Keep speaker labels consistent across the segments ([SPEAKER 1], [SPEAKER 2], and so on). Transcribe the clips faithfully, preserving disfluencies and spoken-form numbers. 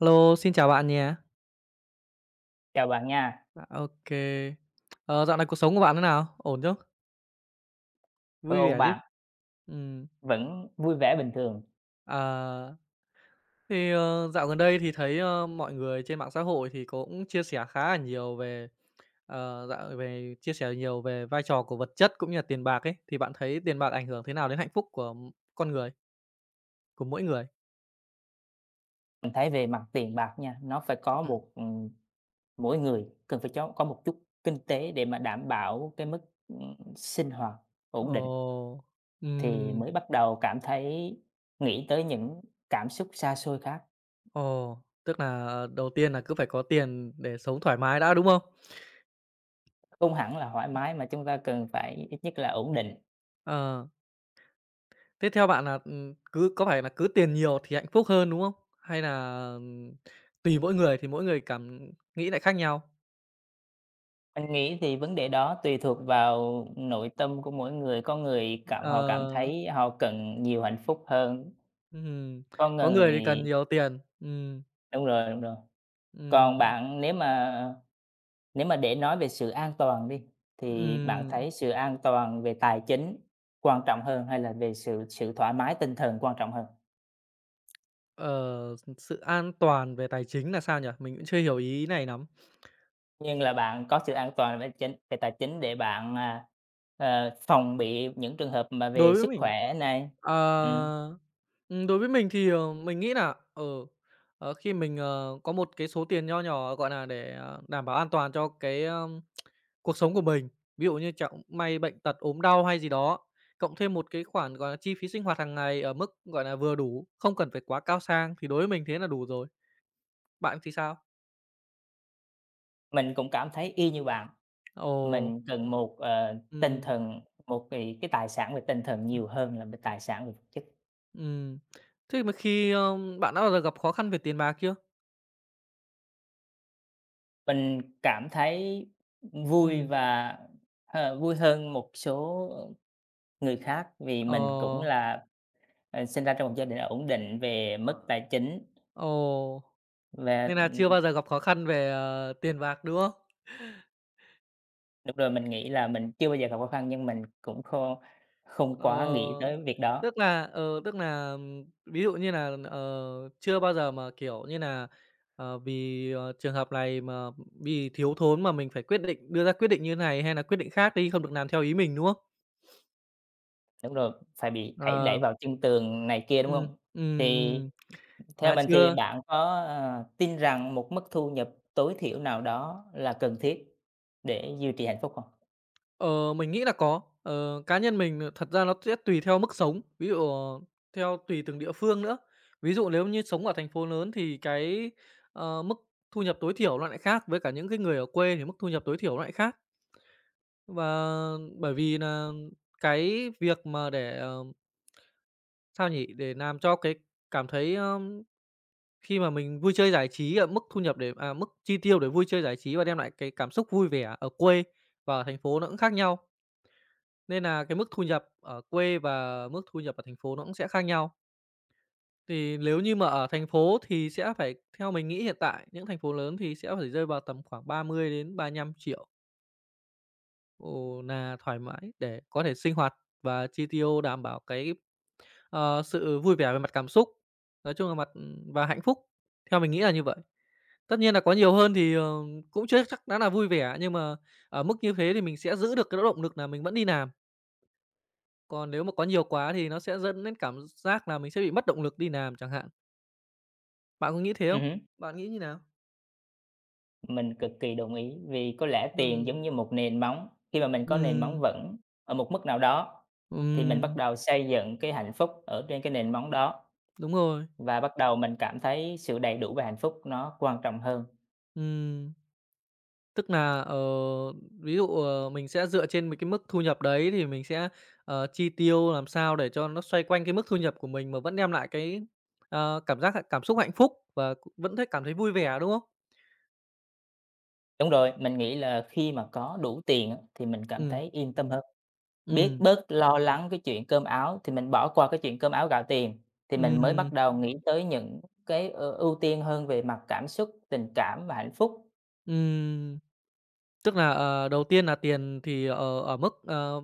[SPEAKER 1] Hello, xin chào bạn nhé.
[SPEAKER 2] Chào bạn nha.
[SPEAKER 1] Dạ, OK. Ờ, Dạo này cuộc sống của bạn thế nào? Ổn chứ?
[SPEAKER 2] Vẫn
[SPEAKER 1] Vui
[SPEAKER 2] ổn
[SPEAKER 1] vẻ chứ?
[SPEAKER 2] bạn,
[SPEAKER 1] Ừ.
[SPEAKER 2] vẫn vui vẻ bình thường.
[SPEAKER 1] à, thì, ờ, dạo gần đây thì thấy, ơ, mọi người trên mạng xã hội thì cũng chia sẻ khá là nhiều về, ờ, dạ về chia sẻ nhiều về vai trò của vật chất cũng như là tiền bạc ấy, thì bạn thấy tiền bạc ảnh hưởng thế nào đến hạnh phúc của m- con người, của mỗi người?
[SPEAKER 2] Mình thấy về mặt tiền bạc nha, nó phải có
[SPEAKER 1] Ừm.
[SPEAKER 2] một, ừm, mỗi người cần phải chó có một chút kinh tế để mà đảm bảo cái mức, ừm, sinh hoạt ổn định
[SPEAKER 1] Ồ.
[SPEAKER 2] thì
[SPEAKER 1] Ừm.
[SPEAKER 2] mới bắt đầu cảm thấy nghĩ tới những cảm xúc xa xôi khác.
[SPEAKER 1] Ồ. Tức là ờ, đầu tiên là cứ phải có tiền để sống thoải mái đã, đúng không?
[SPEAKER 2] Không hẳn là thoải mái mà chúng ta cần phải ít nhất là ổn định.
[SPEAKER 1] Ờ. Thế theo bạn là, ừm, cứ có phải là cứ tiền nhiều thì hạnh phúc hơn, đúng không? Hay là, ừm, tùy mỗi người thì mỗi người cảm nghĩ lại khác nhau?
[SPEAKER 2] Mình nghĩ thì vấn đề đó tùy thuộc vào nội tâm của mỗi người, có người cảm họ cảm
[SPEAKER 1] Ờ.
[SPEAKER 2] thấy họ cần nhiều hạnh phúc hơn,
[SPEAKER 1] Ừm.
[SPEAKER 2] có
[SPEAKER 1] Có người thì cần
[SPEAKER 2] người
[SPEAKER 1] nhiều tiền. Ừm.
[SPEAKER 2] đúng rồi, đúng rồi. Còn
[SPEAKER 1] Ừm.
[SPEAKER 2] bạn nếu mà Nếu mà để nói về sự an toàn đi, thì bạn
[SPEAKER 1] Ừm.
[SPEAKER 2] thấy sự an toàn về tài chính quan trọng hơn hay là về sự sự thoải mái tinh thần quan trọng hơn?
[SPEAKER 1] ờ, Sự an toàn về tài chính là sao nhỉ? Mình cũng chưa hiểu ý này lắm.
[SPEAKER 2] Nhưng là bạn có sự an toàn về chính về tài chính để bạn, à, ờ, phòng bị những trường hợp mà
[SPEAKER 1] Đối
[SPEAKER 2] về
[SPEAKER 1] với
[SPEAKER 2] sức
[SPEAKER 1] mình
[SPEAKER 2] khỏe này. Ừm,
[SPEAKER 1] Ờ, ừm, Đối với mình thì, ờ, mình nghĩ là, ở ờ, khi mình, ờ, có một cái số tiền nho nhỏ, gọi là, để, ờ, đảm bảo an toàn cho cái, ờm, cuộc sống của mình, ví dụ như chẳng may bệnh tật, ốm đau hay gì đó, cộng thêm một cái khoản, gọi là, chi phí sinh hoạt hàng ngày ở mức, gọi là, vừa đủ, không cần phải quá cao sang thì đối với mình thế là đủ rồi. Bạn thì sao?
[SPEAKER 2] mình cũng cảm thấy y như bạn,
[SPEAKER 1] Ồ.
[SPEAKER 2] mình cần một, ờ, tinh
[SPEAKER 1] Ừm.
[SPEAKER 2] thần một cái cái tài sản về tinh thần
[SPEAKER 1] Ừm.
[SPEAKER 2] nhiều hơn là về tài sản về vật chất.
[SPEAKER 1] Ừm. Thế mà khi, ơ, bạn đã bao giờ gặp khó khăn về tiền bạc chưa?
[SPEAKER 2] Mình cảm thấy vui
[SPEAKER 1] Ừm.
[SPEAKER 2] và h vui hơn một số người khác vì mình cũng
[SPEAKER 1] Ờ.
[SPEAKER 2] là, ờ, sinh ra trong một gia đình ổn định về
[SPEAKER 1] Ờ.
[SPEAKER 2] mức tài chính
[SPEAKER 1] Ồ.
[SPEAKER 2] và,
[SPEAKER 1] Nên là chưa
[SPEAKER 2] ừm,
[SPEAKER 1] bao giờ gặp khó khăn về, ờ, tiền bạc, đúng không?
[SPEAKER 2] đúng rồi, mình nghĩ là mình chưa bao giờ gặp khó khăn nhưng mình cũng không không quá nghĩ
[SPEAKER 1] Ờ,
[SPEAKER 2] tới việc đó.
[SPEAKER 1] tức là, ờ, tức là, ừm, ví dụ như là, ờ, chưa bao giờ mà, kiểu như là, ờ, vì, ờ, trường hợp này mà vì thiếu thốn mà mình phải quyết định đưa ra quyết định như này hay là quyết định khác đi, không được làm theo ý mình, đúng không?
[SPEAKER 2] Đúng rồi, phải bị đẩy đẩy
[SPEAKER 1] Ờ.
[SPEAKER 2] vào chân tường này kia, đúng
[SPEAKER 1] Ừm.
[SPEAKER 2] không?
[SPEAKER 1] Ừm.
[SPEAKER 2] Thì
[SPEAKER 1] Ừm.
[SPEAKER 2] theo
[SPEAKER 1] Là
[SPEAKER 2] mình thì
[SPEAKER 1] chưa.
[SPEAKER 2] bạn có, ờ, tin rằng một mức thu nhập tối thiểu nào đó là cần thiết để duy trì hạnh phúc không?
[SPEAKER 1] Ờ, mình nghĩ là có. Ờ, Cá nhân mình, ờ, thật ra nó sẽ tùy theo mức sống, ví dụ, ờ, theo tùy từng địa phương nữa. Ví dụ nếu như sống ở thành phố lớn thì cái, ờ, mức thu nhập tối thiểu nó lại khác, với cả những cái người ở quê thì mức thu nhập tối thiểu nó lại khác. Và bởi vì là cái việc mà để, ờ, sao nhỉ, để làm cho cái cảm thấy, ơ, khi mà mình vui chơi giải trí ở mức thu nhập để à, mức chi tiêu để vui chơi giải trí và đem lại cái cảm xúc vui vẻ ở quê và ở thành phố nó cũng khác nhau. Nên là cái mức thu nhập ở quê và mức thu nhập ở thành phố nó cũng sẽ khác nhau. Thì nếu như mà ở thành phố thì sẽ phải theo mình nghĩ hiện tại, những thành phố lớn thì sẽ phải rơi vào tầm khoảng ba mươi đến ba nghìn nghìn ồ, là thoải mái để có thể sinh hoạt và chi tiêu đảm bảo cái, ờ, sự vui vẻ về mặt cảm xúc, nói chung là mặt và hạnh phúc, theo mình nghĩ là như vậy. Tất nhiên là có nhiều hơn thì, ờ, cũng chưa chắc đã là vui vẻ, nhưng mà ở mức như thế thì mình sẽ giữ được cái động lực là mình vẫn đi làm. Còn nếu mà có nhiều quá thì nó sẽ dẫn đến cảm giác là mình sẽ bị mất động lực đi làm chẳng hạn. Bạn có nghĩ thế không? Bạn nghĩ như nào?
[SPEAKER 2] Mình cực kỳ đồng ý, vì có lẽ tiền
[SPEAKER 1] Ừm.
[SPEAKER 2] giống như một nền móng, khi mà mình có nền móng
[SPEAKER 1] Ừm.
[SPEAKER 2] vững ở một mức nào đó, thì mình bắt
[SPEAKER 1] Ừm.
[SPEAKER 2] đầu xây dựng cái hạnh phúc ở trên cái nền móng đó,
[SPEAKER 1] Đúng rồi.
[SPEAKER 2] và bắt đầu mình cảm thấy sự đầy đủ và hạnh phúc nó quan trọng hơn.
[SPEAKER 1] Ừm, Tức là ờ, ví dụ, ờ, mình sẽ dựa trên một cái mức thu nhập đấy thì mình sẽ, ờ, chi tiêu làm sao để cho nó xoay quanh cái mức thu nhập của mình mà vẫn đem lại cái, ờ, cảm giác cảm xúc hạnh phúc và cũng vẫn thấy cảm thấy vui vẻ, đúng không?
[SPEAKER 2] Đúng rồi, mình nghĩ là khi mà có đủ tiền á, thì mình cảm
[SPEAKER 1] Ừ.
[SPEAKER 2] thấy yên tâm hơn, biết
[SPEAKER 1] Ừ.
[SPEAKER 2] bớt lo lắng cái chuyện cơm áo, thì mình bỏ qua cái chuyện cơm áo gạo tiền, thì mình mới
[SPEAKER 1] Ừ.
[SPEAKER 2] bắt đầu nghĩ tới những cái, ơ, ưu tiên hơn về mặt cảm xúc, tình cảm và hạnh phúc.
[SPEAKER 1] Ừm. Tức là, ờ, đầu tiên là tiền thì, ở ở mức, ờ,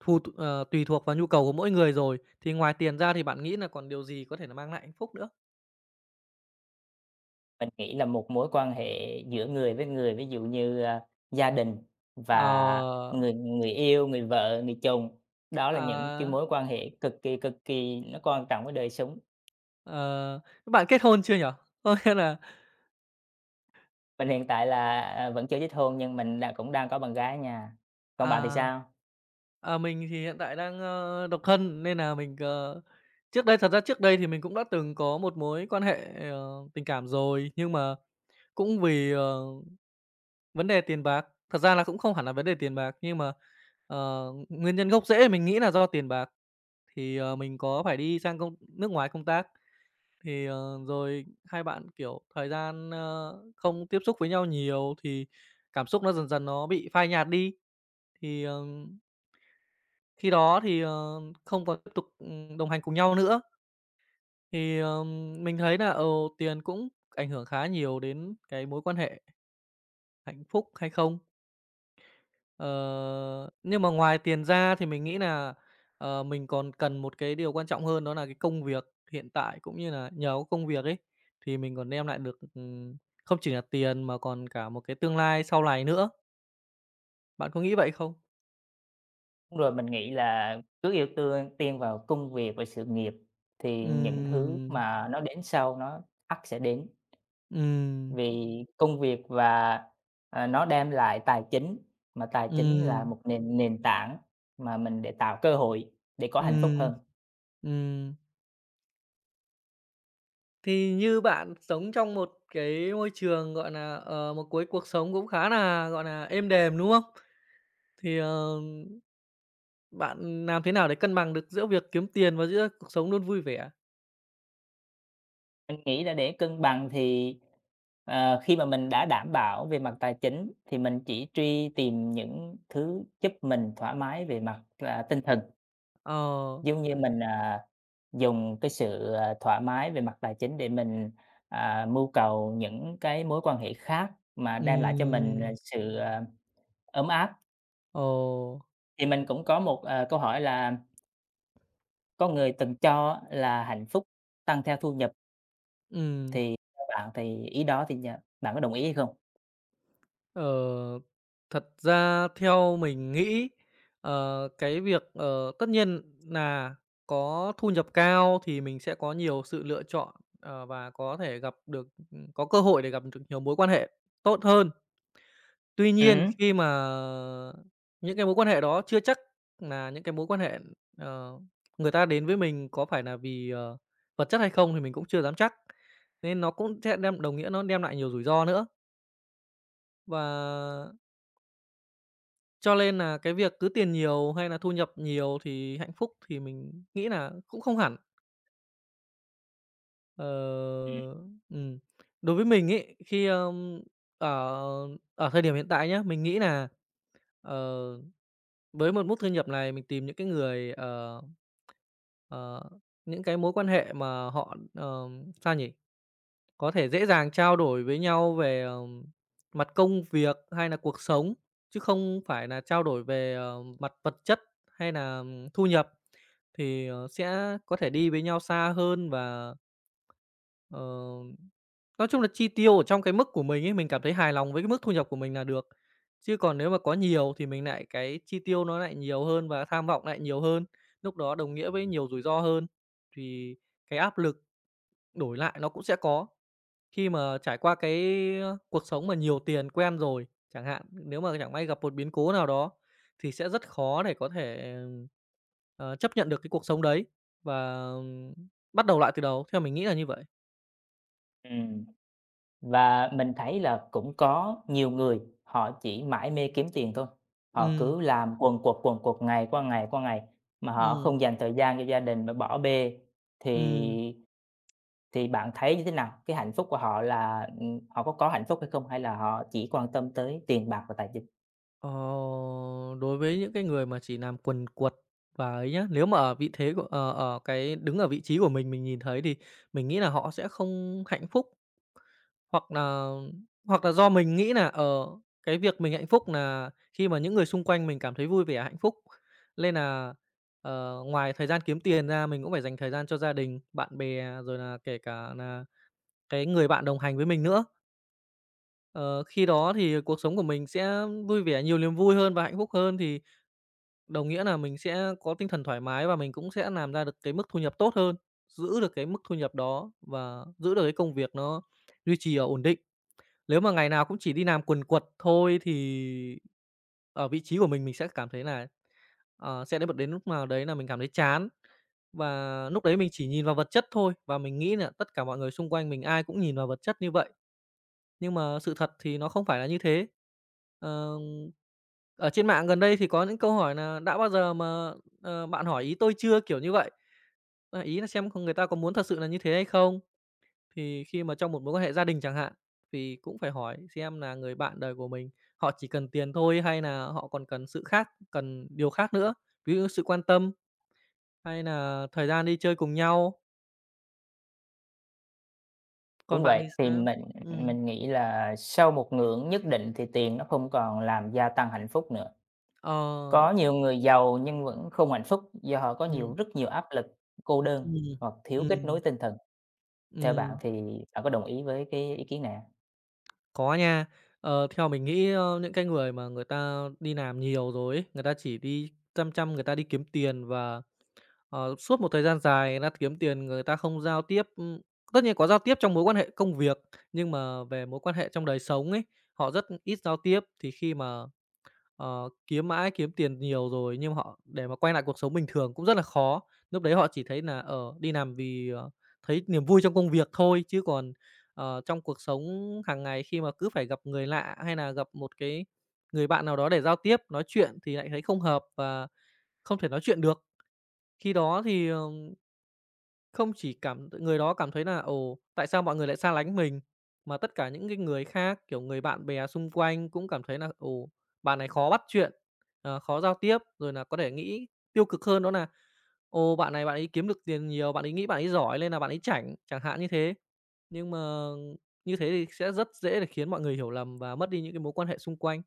[SPEAKER 1] thu ờ, tùy thuộc vào nhu cầu của mỗi người rồi, thì ngoài tiền ra thì bạn nghĩ là còn điều gì có thể là mang lại hạnh phúc nữa?
[SPEAKER 2] Mình nghĩ là một mối quan hệ giữa người với người, ví dụ như, a, gia đình và
[SPEAKER 1] Ờ,
[SPEAKER 2] người người yêu, người vợ, người chồng, đó là những cái
[SPEAKER 1] à,
[SPEAKER 2] mối quan hệ cực kỳ, cực kỳ nó quan trọng với đời sống.
[SPEAKER 1] ờ, Các bạn kết hôn chưa nhỉ? Có nghĩa là,
[SPEAKER 2] Mình hiện tại là, à, vẫn chưa kết hôn nhưng mình đã cũng đang có bạn gái ở nhà. Còn bạn thì
[SPEAKER 1] à,
[SPEAKER 2] sao?
[SPEAKER 1] à, mình thì hiện tại đang, ơ, độc thân nên là mình, ờ trước đây thật ra trước đây thì mình cũng đã từng có một mối quan hệ, ờ, tình cảm rồi, nhưng mà cũng vì, ờ vấn đề tiền bạc, thật ra là cũng không hẳn là vấn đề tiền bạc, nhưng mà, ờ, nguyên nhân gốc rễ mình nghĩ là do tiền bạc. Thì, ờ, mình có phải đi sang công nước ngoài công tác, thì, ờ, rồi hai bạn, kiểu, thời gian, ơ, không tiếp xúc với nhau nhiều thì cảm xúc nó dần dần nó bị phai nhạt đi. Thì, ờ, khi đó thì, ờ, không còn tiếp tục, ừm, đồng hành cùng nhau nữa. Thì, ờ, mình thấy là, ừ, tiền cũng ảnh hưởng khá nhiều đến cái mối quan hệ hạnh phúc hay không. Ờ, nhưng mà ngoài tiền ra thì mình nghĩ là ờ, mình còn cần một cái điều quan trọng hơn đó là cái công việc hiện tại, cũng như là nhờ có công việc ấy, thì mình còn đem lại được, ừm, không chỉ là tiền mà còn cả một cái tương lai sau này nữa. Bạn có nghĩ vậy không?
[SPEAKER 2] Đúng rồi, mình nghĩ là cứ ưu tương tiên vào công việc và sự nghiệp thì những thứ
[SPEAKER 1] Ừm.
[SPEAKER 2] mà nó đến sau nó ắt sẽ đến.
[SPEAKER 1] Ừm.
[SPEAKER 2] Vì công việc và, à, nó đem lại tài chính, mà tài chính là
[SPEAKER 1] Ừm.
[SPEAKER 2] một nền nền tảng mà mình để tạo cơ hội để có hạnh phúc
[SPEAKER 1] Ừm.
[SPEAKER 2] hơn.
[SPEAKER 1] Ừm. Thì như bạn sống trong một cái môi trường, gọi là ờ, một cuối cuộc sống cũng khá là gọi là êm đềm, đúng không? Thì, ờ bạn làm thế nào để cân bằng được giữa việc kiếm tiền và giữa cuộc sống luôn vui vẻ?
[SPEAKER 2] Mình nghĩ là để cân bằng thì, ờ, khi mà mình đã đảm bảo về mặt tài chính thì mình chỉ truy tìm những thứ giúp mình thoải mái về mặt, à, tinh thần.
[SPEAKER 1] Ờ.
[SPEAKER 2] Giống như mình, à, dùng cái sự, à, thoải mái về mặt tài chính để mình, à, mưu cầu những cái mối quan hệ khác mà đem lại cho mình, à,
[SPEAKER 1] Ừm.
[SPEAKER 2] sự, à, ấm áp.
[SPEAKER 1] Ồ.
[SPEAKER 2] Thì mình cũng có một, ờ, câu hỏi là có người từng cho là hạnh phúc tăng theo thu nhập,
[SPEAKER 1] Ừm.
[SPEAKER 2] thì theo bạn thì ý đó thì nh bạn có đồng ý hay không?
[SPEAKER 1] Ờ, thật ra theo mình nghĩ, ờ, cái việc, ờ, tất nhiên là có thu nhập cao thì mình sẽ có nhiều sự lựa chọn, ờ, và có thể gặp được ừ, có cơ hội để gặp được nhiều mối quan hệ tốt hơn. Tuy nhiên
[SPEAKER 2] Ừm
[SPEAKER 1] khi mà những cái mối quan hệ đó chưa chắc là những cái mối quan hệ, ờ, người ta đến với mình có phải là vì, ờ, vật chất hay không thì mình cũng chưa dám chắc, nên nó cũng sẽ đem đồng nghĩa nó đem lại nhiều rủi ro nữa. Và cho nên là cái việc cứ tiền nhiều hay là thu nhập nhiều thì hạnh phúc thì mình nghĩ là cũng không hẳn. Ờ.
[SPEAKER 2] hứm, ừm,
[SPEAKER 1] Ừm. Đối với mình ấy, khi, ờm, ở ở thời điểm hiện tại nhá, mình nghĩ là ờ, với một mức thu nhập này mình tìm những cái người, ờ, ờ, những cái mối quan hệ mà họ, ờm, sao nhỉ? Có thể dễ dàng trao đổi với nhau về, ờm, mặt công việc hay là cuộc sống, chứ không phải là trao đổi về, ờ, mặt vật chất hay nà thu nhập, thì, ờ, sẽ có thể đi với nhau xa hơn và, ờ, nói chung là chi tiêu ở trong cái mức của mình ấy, mình cảm thấy hài lòng với cái mức thu nhập của mình là được. Chứ còn nếu mà có nhiều thì mình lại cái chi tiêu nó lại nhiều hơn và tham vọng lại nhiều hơn, lúc đó đồng nghĩa với nhiều rủi ro hơn, thì cái áp lực đổi lại nó cũng sẽ có. Khi mà trải qua cái, cuộc sống mà nhiều tiền quen rồi, chẳng hạn, nếu mà chẳng may gặp một biến cố nào đó thì sẽ rất khó để có thể, ờ, chấp nhận được cái cuộc sống đấy và, ừm, bắt đầu lại từ đầu, theo mình nghĩ là như vậy.
[SPEAKER 2] và mình thấy là cũng có nhiều người họ chỉ mãi mê kiếm tiền thôi, họ
[SPEAKER 1] Ừ.
[SPEAKER 2] cứ làm quần quật, quần quật ngày qua ngày qua ngày mà họ
[SPEAKER 1] Ừ.
[SPEAKER 2] không dành thời gian cho gia đình mà bỏ bê,
[SPEAKER 1] Ừ.
[SPEAKER 2] thì thì bạn thấy như thế nào? Cái hạnh phúc của họ là, ừm, họ có có hạnh phúc hay không? Hay là họ chỉ quan tâm tới tiền bạc và tài chính?
[SPEAKER 1] Ờ, Đối với những cái người mà chỉ làm quần quật và ấy nhá, nếu mà ở vị thế của ờ, ở cái đứng ở vị trí của mình, mình nhìn thấy thì mình nghĩ là họ sẽ không hạnh phúc. Hoặc là hoặc là do mình nghĩ là ở cái việc mình hạnh phúc là khi mà những người xung quanh mình cảm thấy vui vẻ, hạnh phúc, nên là ờ, ngoài thời gian kiếm tiền ra mình cũng phải dành thời gian cho gia đình, bạn bè, rồi là kể cả là cái người bạn đồng hành với mình nữa. Ờ, khi đó thì cuộc sống của mình sẽ vui vẻ, nhiều niềm vui hơn và hạnh phúc hơn, thì đồng nghĩa là mình sẽ có tinh thần thoải mái và mình cũng sẽ làm ra được cái mức thu nhập tốt hơn, giữ được cái mức thu nhập đó và giữ được cái công việc nó duy trì, ở ổn định. Nếu mà ngày nào cũng chỉ đi làm quần quật thôi thì ở vị trí của mình, mình sẽ cảm thấy là, ờ, sẽ đến một đến lúc nào đấy là mình cảm thấy chán. Và lúc đấy mình chỉ nhìn vào vật chất thôi, và mình nghĩ là tất cả mọi người xung quanh mình ai cũng nhìn vào vật chất như vậy, nhưng mà sự thật thì nó không phải là như thế. Ờ, Ở trên mạng gần đây thì có những câu hỏi là "Đã bao giờ mà, ờ, bạn hỏi ý tôi chưa?" kiểu như vậy. Ờ, ý là xem con người ta có muốn thật sự là như thế hay không? Thì khi mà trong một mối quan hệ gia đình chẳng hạn, thì cũng phải hỏi xem là người bạn đời của mình họ chỉ cần tiền thôi hay là họ còn cần sự khác cần điều khác nữa, ví dụ sự quan tâm hay là thời gian đi chơi cùng nhau. Còn
[SPEAKER 2] Đúng
[SPEAKER 1] bạn
[SPEAKER 2] vậy,
[SPEAKER 1] thì
[SPEAKER 2] thì
[SPEAKER 1] sao?
[SPEAKER 2] mình
[SPEAKER 1] Ừm,
[SPEAKER 2] mình nghĩ là sau một ngưỡng nhất định thì tiền nó không còn làm gia tăng hạnh phúc nữa.
[SPEAKER 1] ờ,
[SPEAKER 2] Có nhiều người giàu nhưng vẫn không hạnh phúc do họ có nhiều
[SPEAKER 1] ừm,
[SPEAKER 2] rất nhiều áp lực, cô đơn
[SPEAKER 1] ừm,
[SPEAKER 2] hoặc thiếu kết
[SPEAKER 1] ừm,
[SPEAKER 2] nối tinh thần. Theo bạn
[SPEAKER 1] ừm.
[SPEAKER 2] thì bạn có đồng ý với cái ý kiến này hông?
[SPEAKER 1] Có nha. Ờ, theo mình nghĩ, ơ, những cái người mà người ta đi làm nhiều rồi ấy, người ta chỉ đi chăm chăm người ta đi kiếm tiền và, ờ, suốt một thời gian dài người ta kiếm tiền người ta không giao tiếp, ưm, tất nhiên có giao tiếp trong mối quan hệ công việc, nhưng mà về mối quan hệ trong đời sống ấy, họ rất ít giao tiếp. Thì khi mà Ờ, Kiếm mãi, kiếm tiền nhiều rồi nhưng họ để mà quay lại cuộc sống bình thường cũng rất là khó. Lúc đấy họ chỉ thấy là ở đi làm vì, ờ, thấy niềm vui trong công việc thôi, chứ còn, ờ, trong cuộc sống hàng ngày khi mà cứ phải gặp người lạ hay là gặp một cái người bạn nào đó để giao tiếp, nói chuyện thì lại thấy không hợp và không thể nói chuyện được. Khi đó thì, ờ không chỉ cảm người đó cảm thấy là ồ, tại sao mọi người lại xa lánh mình, mà tất cả những cái người khác, kiểu, người bạn bè xung quanh cũng cảm thấy là ồ, bạn này khó bắt chuyện, ờ, khó giao tiếp, rồi là có thể nghĩ tiêu cực hơn đó là ồ, bạn này bạn ấy kiếm được tiền nhiều, bạn ấy nghĩ bạn ấy giỏi nên là bạn ấy chảnh, chẳng hạn như thế. Nhưng mà như thế thì sẽ rất dễ để khiến mọi người hiểu lầm và mất đi những cái mối quan hệ xung quanh.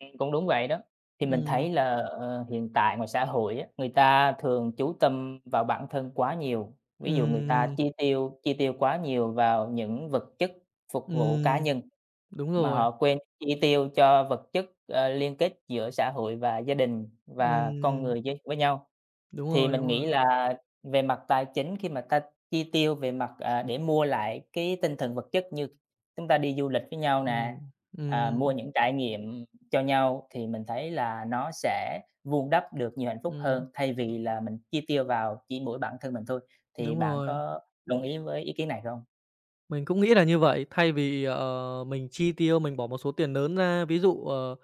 [SPEAKER 2] Ừm, cũng đúng vậy đó. Thì mình
[SPEAKER 1] Ừm,
[SPEAKER 2] thấy là, ờ, hiện tại ngoài xã hội á, người ta thường chú tâm vào bản thân quá nhiều. Ví dụ người ta
[SPEAKER 1] ừm,
[SPEAKER 2] chi tiêu chi tiêu quá nhiều vào những vật chất phục vụ cá
[SPEAKER 1] ừm,
[SPEAKER 2] nhân.
[SPEAKER 1] đúng
[SPEAKER 2] Mà
[SPEAKER 1] rồi,
[SPEAKER 2] họ quên chi tiêu cho vật chất, ờ, liên kết giữa xã hội và gia đình và con
[SPEAKER 1] ừm,
[SPEAKER 2] người với với nhau.
[SPEAKER 1] đúng
[SPEAKER 2] Thì
[SPEAKER 1] rồi,
[SPEAKER 2] mình
[SPEAKER 1] đúng
[SPEAKER 2] nghĩ
[SPEAKER 1] rồi,
[SPEAKER 2] là về mặt tài chính khi mà ta chi tiêu về mặt, à, để mua lại cái tinh thần vật chất như chúng ta đi du lịch với nhau nè,
[SPEAKER 1] ừm,
[SPEAKER 2] à, mua
[SPEAKER 1] ừm.
[SPEAKER 2] những trải nghiệm cho nhau thì mình thấy là nó sẽ vun đắp được nhiều hạnh phúc
[SPEAKER 1] Ừm,
[SPEAKER 2] hơn, thay vì là mình chi tiêu vào chỉ mỗi bản thân mình thôi. Thì
[SPEAKER 1] đúng
[SPEAKER 2] bạn
[SPEAKER 1] rồi.
[SPEAKER 2] có đồng ý với ý kiến này không?
[SPEAKER 1] Mình cũng nghĩ là như vậy, thay vì, ờ, mình chi tiêu, mình bỏ một số tiền lớn ra, ví dụ, ờ,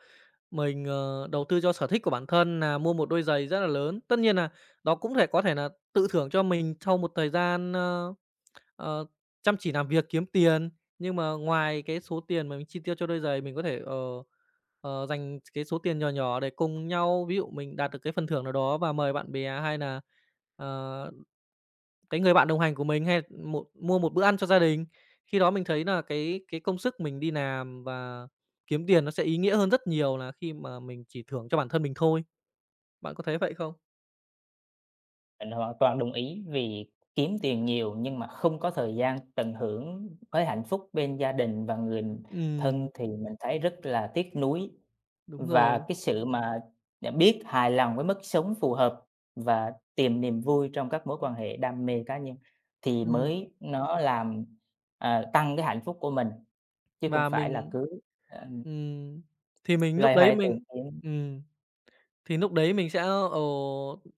[SPEAKER 1] mình, ờ, đầu tư cho sở thích của bản thân là mua một đôi giày rất là lớn. Tất nhiên là đó cũng thể có thể là tự thưởng cho mình sau một thời gian, ơ, ờ, chăm chỉ làm việc, kiếm tiền. Nhưng mà ngoài cái số tiền mà mình chi tiêu cho đôi giày, mình có thể, ờ, ờ, dành cái số tiền nhỏ nhỏ để cùng nhau ví dụ mình đạt được cái phần thưởng nào đó và mời bạn bè hay là ờ cái người bạn đồng hành của mình hay một mua một bữa ăn cho gia đình. Khi đó mình thấy là cái cái công sức mình đi làm và kiếm tiền nó sẽ ý nghĩa hơn rất nhiều là khi mà mình chỉ thưởng cho bản thân mình thôi. Bạn có thấy vậy không?
[SPEAKER 2] Mình hoàn toàn đồng ý vì kiếm tiền nhiều nhưng mà không có thời gian tận hưởng với hạnh phúc bên gia đình và người thân
[SPEAKER 1] Ừm,
[SPEAKER 2] thì mình thấy rất là tiếc nuối.
[SPEAKER 1] đúng
[SPEAKER 2] Và
[SPEAKER 1] rồi.
[SPEAKER 2] cái sự mà đã biết hài lòng với mức sống phù hợp và tìm niềm vui trong các mối quan hệ, đam mê cá nhân thì
[SPEAKER 1] Ừm,
[SPEAKER 2] mới nó làm, à, tăng cái hạnh phúc của mình, chứ không
[SPEAKER 1] và
[SPEAKER 2] phải là
[SPEAKER 1] mình
[SPEAKER 2] cứ, ờ,
[SPEAKER 1] ừm, thì mình lúc
[SPEAKER 2] loay
[SPEAKER 1] đấy
[SPEAKER 2] hoay tìm
[SPEAKER 1] mình
[SPEAKER 2] kiếm.
[SPEAKER 1] ừm, thì lúc đấy mình sẽ, ờ,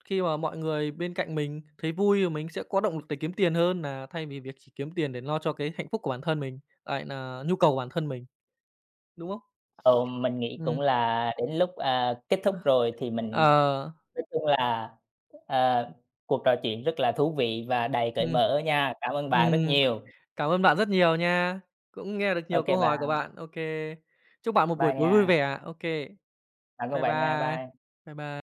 [SPEAKER 1] khi mà mọi người bên cạnh mình thấy vui thì mình sẽ có động lực để kiếm tiền hơn là thay vì việc chỉ kiếm tiền để lo cho cái hạnh phúc của bản thân mình, lại là nhu cầu của bản thân mình, đúng không?
[SPEAKER 2] Ừ, mình nghĩ
[SPEAKER 1] Ừm.
[SPEAKER 2] cũng là đến lúc, à, kết thúc rồi thì mình
[SPEAKER 1] Ờ,
[SPEAKER 2] nói chung là, ờ, cuộc trò chuyện rất là thú vị và đầy cởi
[SPEAKER 1] ừm,
[SPEAKER 2] mở nha. Cảm ơn bạn rất
[SPEAKER 1] ừm,
[SPEAKER 2] nhiều.
[SPEAKER 1] cảm ơn bạn rất nhiều nha, cũng nghe được nhiều
[SPEAKER 2] OK kê
[SPEAKER 1] câu hỏi của
[SPEAKER 2] bạn,
[SPEAKER 1] bạn. OK, chúc bạn một buổi
[SPEAKER 2] bye
[SPEAKER 1] tối vui
[SPEAKER 2] nha.
[SPEAKER 1] vẻ. OK,
[SPEAKER 2] Bạn cũng
[SPEAKER 1] bye
[SPEAKER 2] vậy nha,
[SPEAKER 1] bye.
[SPEAKER 2] bye.
[SPEAKER 1] Bye bye.